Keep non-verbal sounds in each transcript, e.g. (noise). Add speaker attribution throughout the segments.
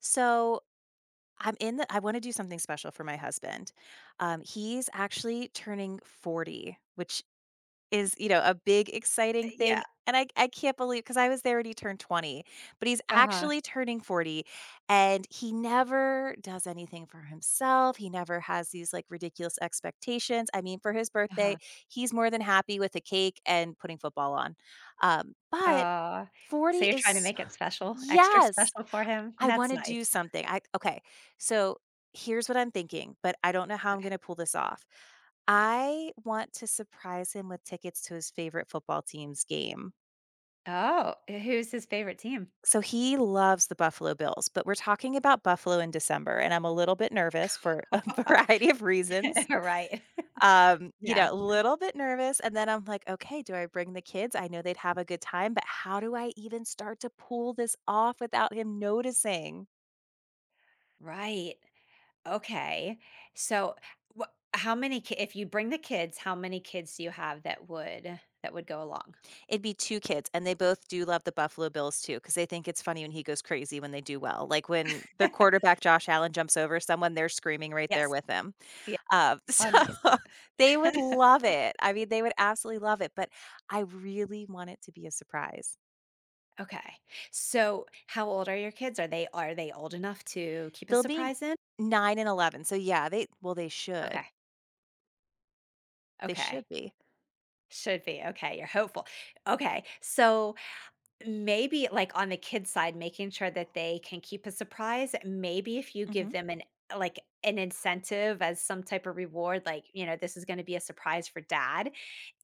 Speaker 1: So I'm in the I want to do something special for my husband. He's actually turning 40, which is, you know, a big exciting thing.
Speaker 2: Yeah.
Speaker 1: And I can't believe because I was there when he turned 20, but he's
Speaker 2: Uh-huh,
Speaker 1: actually turning 40 and he never does anything for himself. He never has these like ridiculous expectations. I mean, for his birthday,
Speaker 2: uh-huh.
Speaker 1: he's more than happy with a cake and putting football on. But
Speaker 2: Aw,
Speaker 1: 40
Speaker 2: so you're
Speaker 1: is
Speaker 2: trying to make it special, extra
Speaker 1: yes,
Speaker 2: special for him?
Speaker 1: I
Speaker 2: That's
Speaker 1: wanna do
Speaker 2: nice.
Speaker 1: something. I okay, so here's what I'm thinking, but I don't know how I'm
Speaker 2: Okay.
Speaker 1: gonna pull this off. I want to surprise him with tickets to his favorite football team's game.
Speaker 2: Oh, who's his favorite team?
Speaker 1: So he loves the Buffalo Bills, but we're talking about Buffalo in December, and I'm a little bit nervous for a (laughs)
Speaker 2: (laughs)
Speaker 1: variety of reasons.
Speaker 2: Right. (laughs)
Speaker 1: You know,
Speaker 2: Yeah,
Speaker 1: a little bit nervous, and then I'm like, "Okay, do I bring the kids? I know they'd have a good time, but how do I even start to pull this off without him noticing?"
Speaker 2: right. Okay. So, wha how many ki if you bring the kids, how many kids do you have that would go along?
Speaker 1: It'd be 2 kids, and they both do love the Buffalo Bills too, because they think it's funny when he goes crazy when they do well. Like, when their
Speaker 2: (laughs)
Speaker 1: quarterback, Josh Allen, jumps over someone, they're screaming right there
Speaker 2: Yes.
Speaker 1: with him.
Speaker 2: Yeah.
Speaker 1: (laughs) So
Speaker 2: Oh, nice.
Speaker 1: they
Speaker 2: (laughs)
Speaker 1: would love it. I mean, they would absolutely love it, but I really want it to be a surprise.
Speaker 2: Okay. So, how old are your kids? Are they old enough to keep a
Speaker 1: They'll be
Speaker 2: surprise in?
Speaker 1: 9 and 11, so yeah, they well, they should.
Speaker 2: Okay,
Speaker 1: They
Speaker 2: okay.
Speaker 1: should be.
Speaker 2: Should be, okay, you're hopeful. Okay, so maybe, like, on the kids' side, making sure that they can keep a surprise, maybe if you give
Speaker 1: Mhm.
Speaker 2: them an like, an incentive as some type of reward, like, you know, "This is gonna be a surprise for dad,"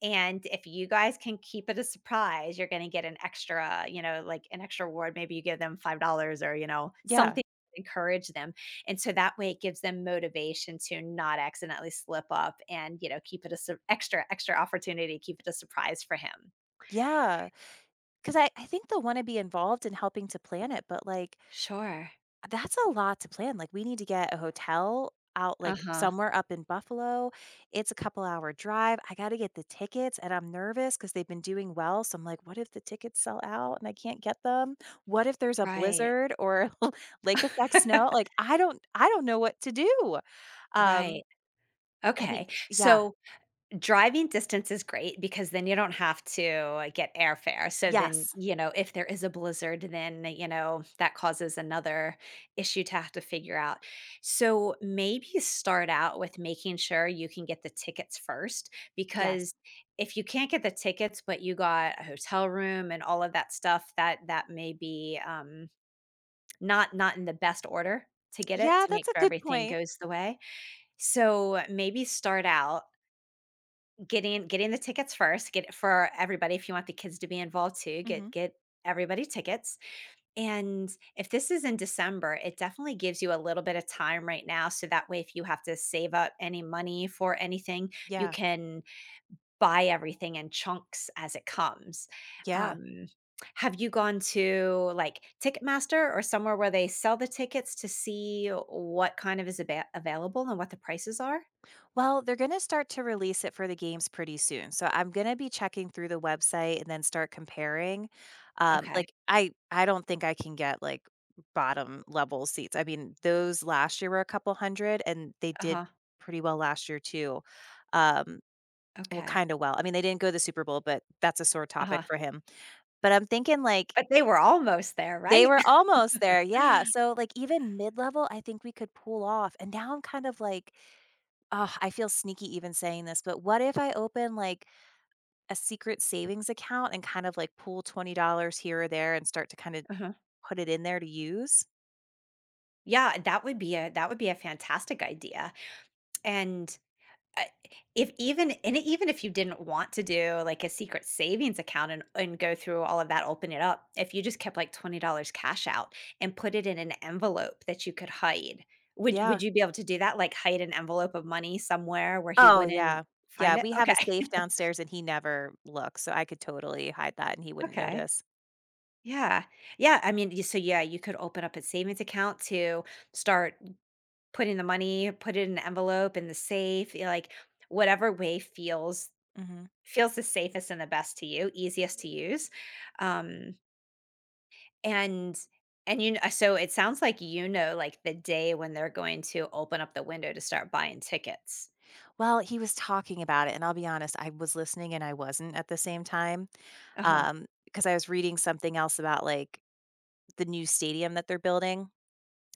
Speaker 2: and if you guys can keep it a surprise, you're gonna get an extra, you know, like, an extra reward, maybe you give them $5 or, you know,
Speaker 1: Yeah.
Speaker 2: something to encourage them, and so that way it gives them motivation to not accidentally slip up and, you know, keep it a sur extra extra opportunity, keep it a surprise for him.
Speaker 1: Yeah. Because I think they'll wanna be involved in helping to plan it, but, like,
Speaker 2: Sure.
Speaker 1: that's a lot to plan, like, we need to get a hotel out, like,
Speaker 2: Uh-huh.
Speaker 1: somewhere up in Buffalo. It's a couple hour drive. I gotta get the tickets, and I'm nervous because 'cause they've been doing well, so I'm like, "What if the tickets sell out and I can't get them? What if there's a
Speaker 2: Right.
Speaker 1: blizzard or (laughs) lake effect snow?" Like,
Speaker 2: (laughs)
Speaker 1: I don't know what to do. Um,
Speaker 2: Right.
Speaker 1: I mean,
Speaker 2: Okay.
Speaker 1: yeah.
Speaker 2: So driving distance is great because then you don't have to get airfare. So then,
Speaker 1: Yes.
Speaker 2: you know, if there is a blizzard, then, you know, that causes another issue to have to figure out. So maybe start out with making sure you can get the tickets first, because
Speaker 1: Yes.
Speaker 2: if you can't get the tickets but you got a hotel room and all of that stuff, that may be not not in the best order to get it
Speaker 1: Yeah,
Speaker 2: to
Speaker 1: that's
Speaker 2: make
Speaker 1: a
Speaker 2: sure
Speaker 1: good
Speaker 2: everything
Speaker 1: point.
Speaker 2: goes the way. So maybe start out getting the tickets first, get it for everybody if you want the kids to be involved too,
Speaker 1: Mhm.
Speaker 2: get everybody tickets. And if this is in December, it definitely gives you a little bit of time right now so that way if you have to save up any money for anything, you
Speaker 1: Yeah.
Speaker 2: can buy everything in chunks as it comes.
Speaker 1: Yeah.
Speaker 2: Um have you gone to like Ticketmaster or somewhere where they sell the tickets to see what kind of is ava- available and what the prices are?
Speaker 1: Well, they're going to start to release it for the games pretty soon. So I'm going to be checking through the website and then start comparing.
Speaker 2: Okay.
Speaker 1: Like I don't think I can get like bottom level seats. I mean, those last year were a couple hundred and they did
Speaker 2: Uh-huh.
Speaker 1: pretty well last year too. Um, well,
Speaker 2: Okay.
Speaker 1: kind of well. I mean, they didn't go to the Super Bowl, but that's a sore topic
Speaker 2: Uh-huh.
Speaker 1: for him. But I'm thinking like
Speaker 2: But they were almost there,
Speaker 1: they
Speaker 2: right?
Speaker 1: were
Speaker 2: (laughs)
Speaker 1: almost there. Yeah. So like even mid-level, I think we could pull off. And now I'm kind of like, oh, I feel sneaky even saying this, but what if I open like a secret savings account and kind of like pull $20 here or there and start to kind of
Speaker 2: Uh-huh.
Speaker 1: put it in there to use?
Speaker 2: Yeah, that would be a that would be a fantastic idea. And uh, if even and even if you didn't want to do like a secret savings account and go through all of that, open it up. If you just kept like $20 cash out and put it in an envelope that you could hide, would
Speaker 1: Yeah.
Speaker 2: would you be able to do that? Like hide an envelope of money somewhere where he
Speaker 1: Oh,
Speaker 2: wouldn't
Speaker 1: yeah. Yeah.
Speaker 2: find it?
Speaker 1: We have a
Speaker 2: Okay.
Speaker 1: safe downstairs and he never looks. So I could totally hide that and he
Speaker 2: (laughs)
Speaker 1: wouldn't
Speaker 2: Okay.
Speaker 1: notice.
Speaker 2: Yeah. Yeah. I mean, you- so yeah, you could open up a savings account to start. Put in the money, put it in an envelope, in the safe, y like, whatever way feels
Speaker 1: Hmm.
Speaker 2: feels the safest and the best to you, easiest to use, um, and and you kn so it sounds like you know, like, the day when they're going to open up the window to start buying tickets.
Speaker 1: Well, he was talking about it. And I'll be honest, I was listening and I wasn't at the same time,
Speaker 2: Uh-huh,
Speaker 1: because I was reading something else about like the new stadium that they're building,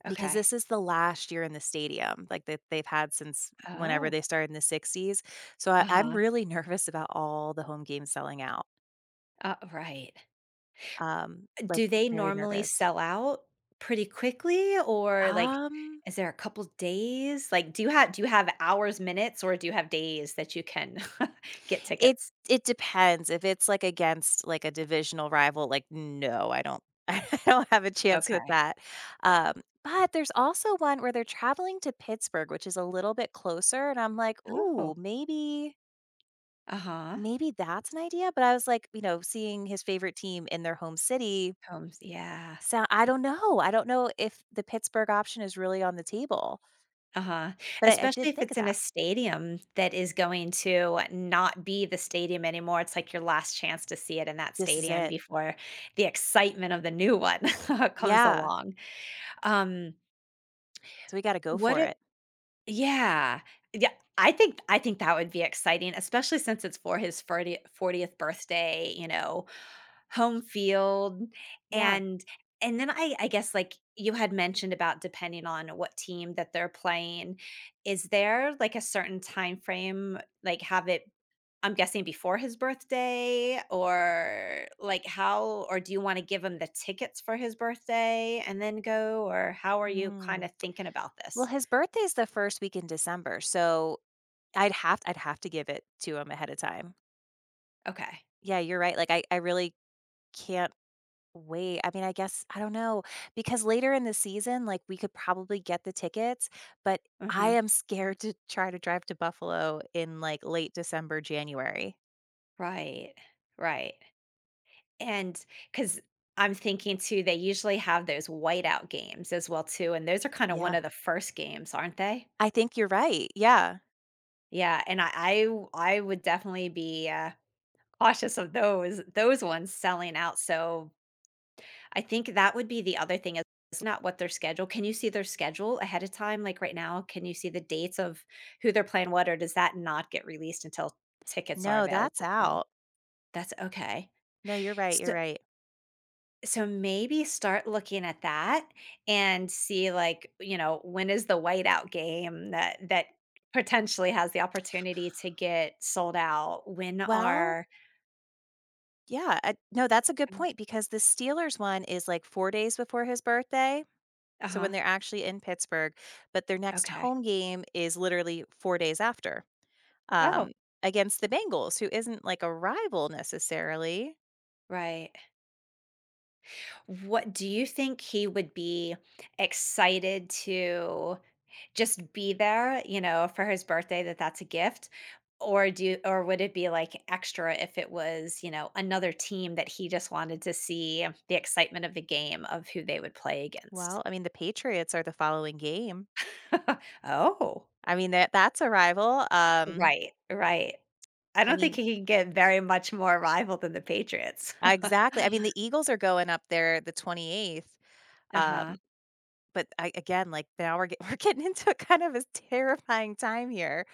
Speaker 1: because
Speaker 2: okay.
Speaker 1: this is the last year in the stadium like that they've had since whenever
Speaker 2: Oh,
Speaker 1: they started in the 60s. So I'm
Speaker 2: uh-huh,
Speaker 1: really (laughs) nervous about all the home games selling out,
Speaker 2: right.
Speaker 1: like
Speaker 2: Do they
Speaker 1: very
Speaker 2: normally
Speaker 1: nervous.
Speaker 2: sell out pretty quickly or, like,
Speaker 1: um
Speaker 2: is there a couple days? Like, do you have hours, minutes, or do you have days that you can (laughs) get
Speaker 1: it
Speaker 2: tickets?
Speaker 1: it depends if it's like against like a divisional rival. Like, no, I don't (laughs) I don't have a chance with
Speaker 2: Okay.
Speaker 1: that. um but there's also one where they're traveling to Pittsburgh which is a little bit closer and I'm like, ooh,
Speaker 2: Oh.
Speaker 1: maybe.
Speaker 2: Uh-huh.
Speaker 1: Maybe that's an idea, but I was like, you know, seeing his favorite team in their home city,
Speaker 2: Homes yeah.
Speaker 1: so I don't know. I don't know if the Pittsburgh option is really on the table,
Speaker 2: Uh-huh.
Speaker 1: but I did
Speaker 2: Especially if
Speaker 1: think of
Speaker 2: it's in a
Speaker 1: that.
Speaker 2: stadium that is going to not be the stadium anymore, it's like your last chance to see it in that
Speaker 1: This is
Speaker 2: stadium
Speaker 1: it.
Speaker 2: before the excitement of the new one (laughs) comes
Speaker 1: Yeah.
Speaker 2: along. Um,
Speaker 1: So we got to go
Speaker 2: what
Speaker 1: for
Speaker 2: a
Speaker 1: it.
Speaker 2: yeah. Yeah, I think that would be exciting, especially since it's for his 40 40th birthday, you know, home field.
Speaker 1: Yeah.
Speaker 2: And and then I guess like you had mentioned about depending on what team that they're playing, is there like a certain time frame, like have it I'm guessing before his birthday or like how or do you want to give him the tickets for his birthday and then go or how are you kind
Speaker 1: Mm.
Speaker 2: of thinking about
Speaker 1: Well,
Speaker 2: this?
Speaker 1: his birthday's the first week in December, so I'd have to give it to him ahead of time.
Speaker 2: Okay.
Speaker 1: Yeah, you're right. Like I really can't wait. I mean, I guess I don't know because later in the season, like, we could probably get the tickets, but I
Speaker 2: Mhm.
Speaker 1: am scared to try to drive to Buffalo in, like, late December, January.
Speaker 2: Right, right, and because 'cause I'm thinking too, they usually have those whiteout games as well too, and those are kinda one
Speaker 1: Yeah.
Speaker 2: of the first games, aren't they?
Speaker 1: I think you're right. Yeah.
Speaker 2: Yeah, and I would definitely be, cautious of those ones selling out, so I think that would be the other thing is not what their schedule can you see their schedule ahead of time, like, right now? Can you see the dates of who they're playing what, or does that not get released until tickets are
Speaker 1: No,
Speaker 2: available
Speaker 1: that's
Speaker 2: as well?
Speaker 1: out.
Speaker 2: That's okay.
Speaker 1: No, you're right, you're right.
Speaker 2: So maybe start looking at that and see like, you know, when is the whiteout game that that potentially has the opportunity to get sold out? When
Speaker 1: Well,
Speaker 2: are
Speaker 1: yeah, I no, that's a good point because the Steelers one is, like, 4 days before his birthday, so when
Speaker 2: uh-huh.
Speaker 1: they're actually in Pittsburgh, but their next
Speaker 2: Okay.
Speaker 1: home game is literally 4 days after.
Speaker 2: Oh,
Speaker 1: um, Against the Bengals, who isn't like a rival necessarily.
Speaker 2: right. What do you think he would be excited to just be there, you know, for his birthday that that's a gift? Or would it be, like, extra if it was, you know, another team that he just wanted to see the excitement of the game of who they would play against?
Speaker 1: Well, I mean, the Patriots are the following game.
Speaker 2: (laughs) Oh.
Speaker 1: I mean that's a rival.
Speaker 2: Right, right. I
Speaker 1: I
Speaker 2: don't think
Speaker 1: mean,
Speaker 2: he can get very much more rival than the Patriots. (laughs)
Speaker 1: exactly. I mean, the Eagles are going up there the 28th. Um,
Speaker 2: Uh-huh.
Speaker 1: but I, again, like (laughs) we're getting into kind of a terrifying time here.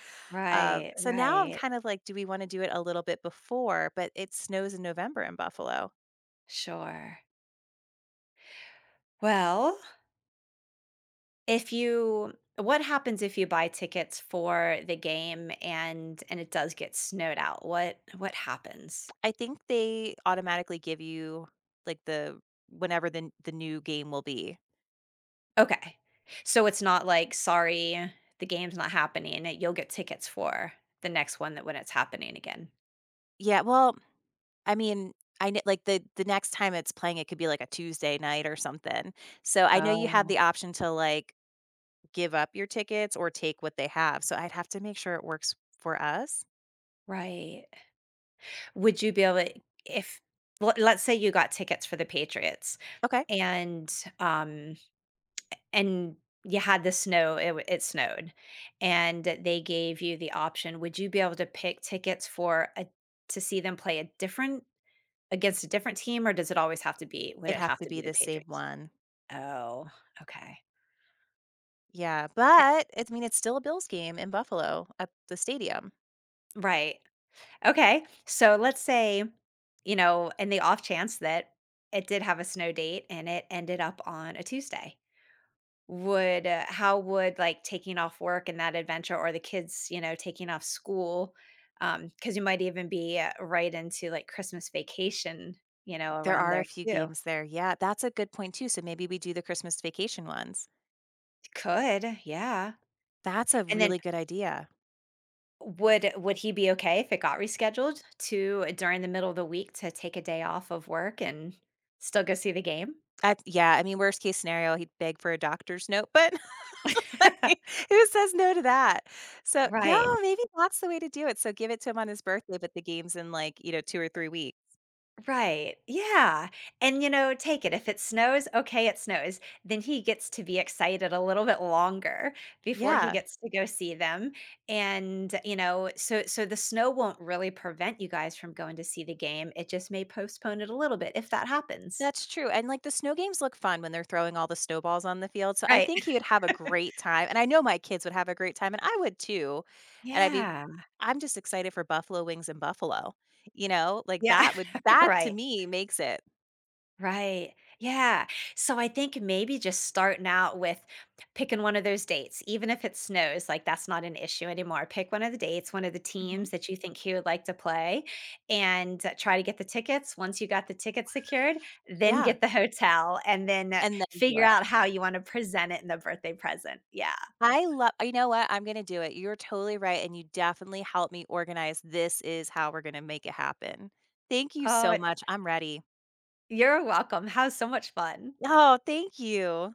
Speaker 2: Right,
Speaker 1: So now I'm
Speaker 2: right.
Speaker 1: kind of like, do we want to do it a little bit before? But it snows in November in Buffalo.
Speaker 2: Sure. Well, if you what happens if you buy tickets for the game and it does get snowed out? What happens?
Speaker 1: I think they automatically give you like the whenever the new game will be.
Speaker 2: Okay. So it's not like, "Sorry, the game's not happening," you'll get tickets for the next one that when it's happening again.
Speaker 1: Yeah, well, I mean, I kn like, the next time it's playing, it could be, like, a Tuesday night or something. So, I know you have
Speaker 2: Oh,
Speaker 1: the option to, like, give up your tickets or take what they have, so I'd have to make sure it works for us.
Speaker 2: right. Would you be able if let's say you got tickets for the Patriots
Speaker 1: Okay.
Speaker 2: and, um and you had the snow, it snowed, and they gave you the option, would you be able to pick tickets for a to see them play a different against a different team, or does it always have to be would
Speaker 1: It'd
Speaker 2: it
Speaker 1: have
Speaker 2: have
Speaker 1: to
Speaker 2: to
Speaker 1: be
Speaker 2: be the
Speaker 1: the same
Speaker 2: Patriots?
Speaker 1: one.
Speaker 2: Oh, okay.
Speaker 1: Yeah,
Speaker 2: Eh
Speaker 1: but, I mean, it's still a Bills game in Buffalo at the stadium.
Speaker 2: right. Okay, so let's say, you know, in the off chance that it did have a snow date and it ended up on a Tuesday. Would, how would, like, taking off work and that adventure or the kids, you know, taking off school, because you might even be, right into, like, Christmas vacation, you know,
Speaker 1: There
Speaker 2: around
Speaker 1: are
Speaker 2: there
Speaker 1: a few
Speaker 2: too.
Speaker 1: games there. Yeah, that's a good point too, so maybe we do the Christmas vacation ones.
Speaker 2: Could, yeah.
Speaker 1: That's a
Speaker 2: And then
Speaker 1: really good idea.
Speaker 2: would he be okay if it got rescheduled to during the middle of the week to take a day off of work and still go see the game?
Speaker 1: That yeah, I mean, worst case scenario, he'd beg for a doctor's note, but (laughs)
Speaker 2: (laughs)
Speaker 1: who says no to that? So
Speaker 2: Right.
Speaker 1: no, maybe that's the way to do it. So give it to him on his birthday, but the game's in like, you know, 2 or 3 weeks.
Speaker 2: Right. Yeah. And, you know, take it. If it snows, okay, it snows. Then he gets to be excited a little bit longer before he
Speaker 1: Yeah,
Speaker 2: gets to go see them. And, you know, so so the snow won't really prevent you guys from going to see the game. It just may postpone it a little bit if that happens.
Speaker 1: that's true, and, like, the snow games look fun when they're throwing all the snowballs on the field, so I
Speaker 2: Right.
Speaker 1: think he
Speaker 2: (laughs)
Speaker 1: would have a great time, and I know my kids would have a great time, and I would too, and
Speaker 2: Yeah.
Speaker 1: I'm just excited for buffalo wings and buffalo, you know? Like,
Speaker 2: Yeah.
Speaker 1: that would
Speaker 2: (laughs)
Speaker 1: that to
Speaker 2: right.
Speaker 1: me makes it
Speaker 2: Right. Yeah. So I think maybe just starting out with picking one of those dates, even if it snows, like that's not an issue anymore. Pick one of the dates, one of the
Speaker 1: Mhm.
Speaker 2: teams that you think he would like to play, and try to get the tickets. Once you got the tickets secured, then
Speaker 1: Yeah,
Speaker 2: get the (laughs) hotel and then
Speaker 1: and then do
Speaker 2: figure
Speaker 1: it.
Speaker 2: out how you want to present it in the birthday present. Yeah.
Speaker 1: I love you know what? I'm gonna do it. You're totally right, and you definitely helped me organize, "This is how we're gonna make it happen." Thank you
Speaker 2: Oh,
Speaker 1: so much. I'm ready.
Speaker 2: you're welcome. How so much fun.
Speaker 1: Oh, thank you.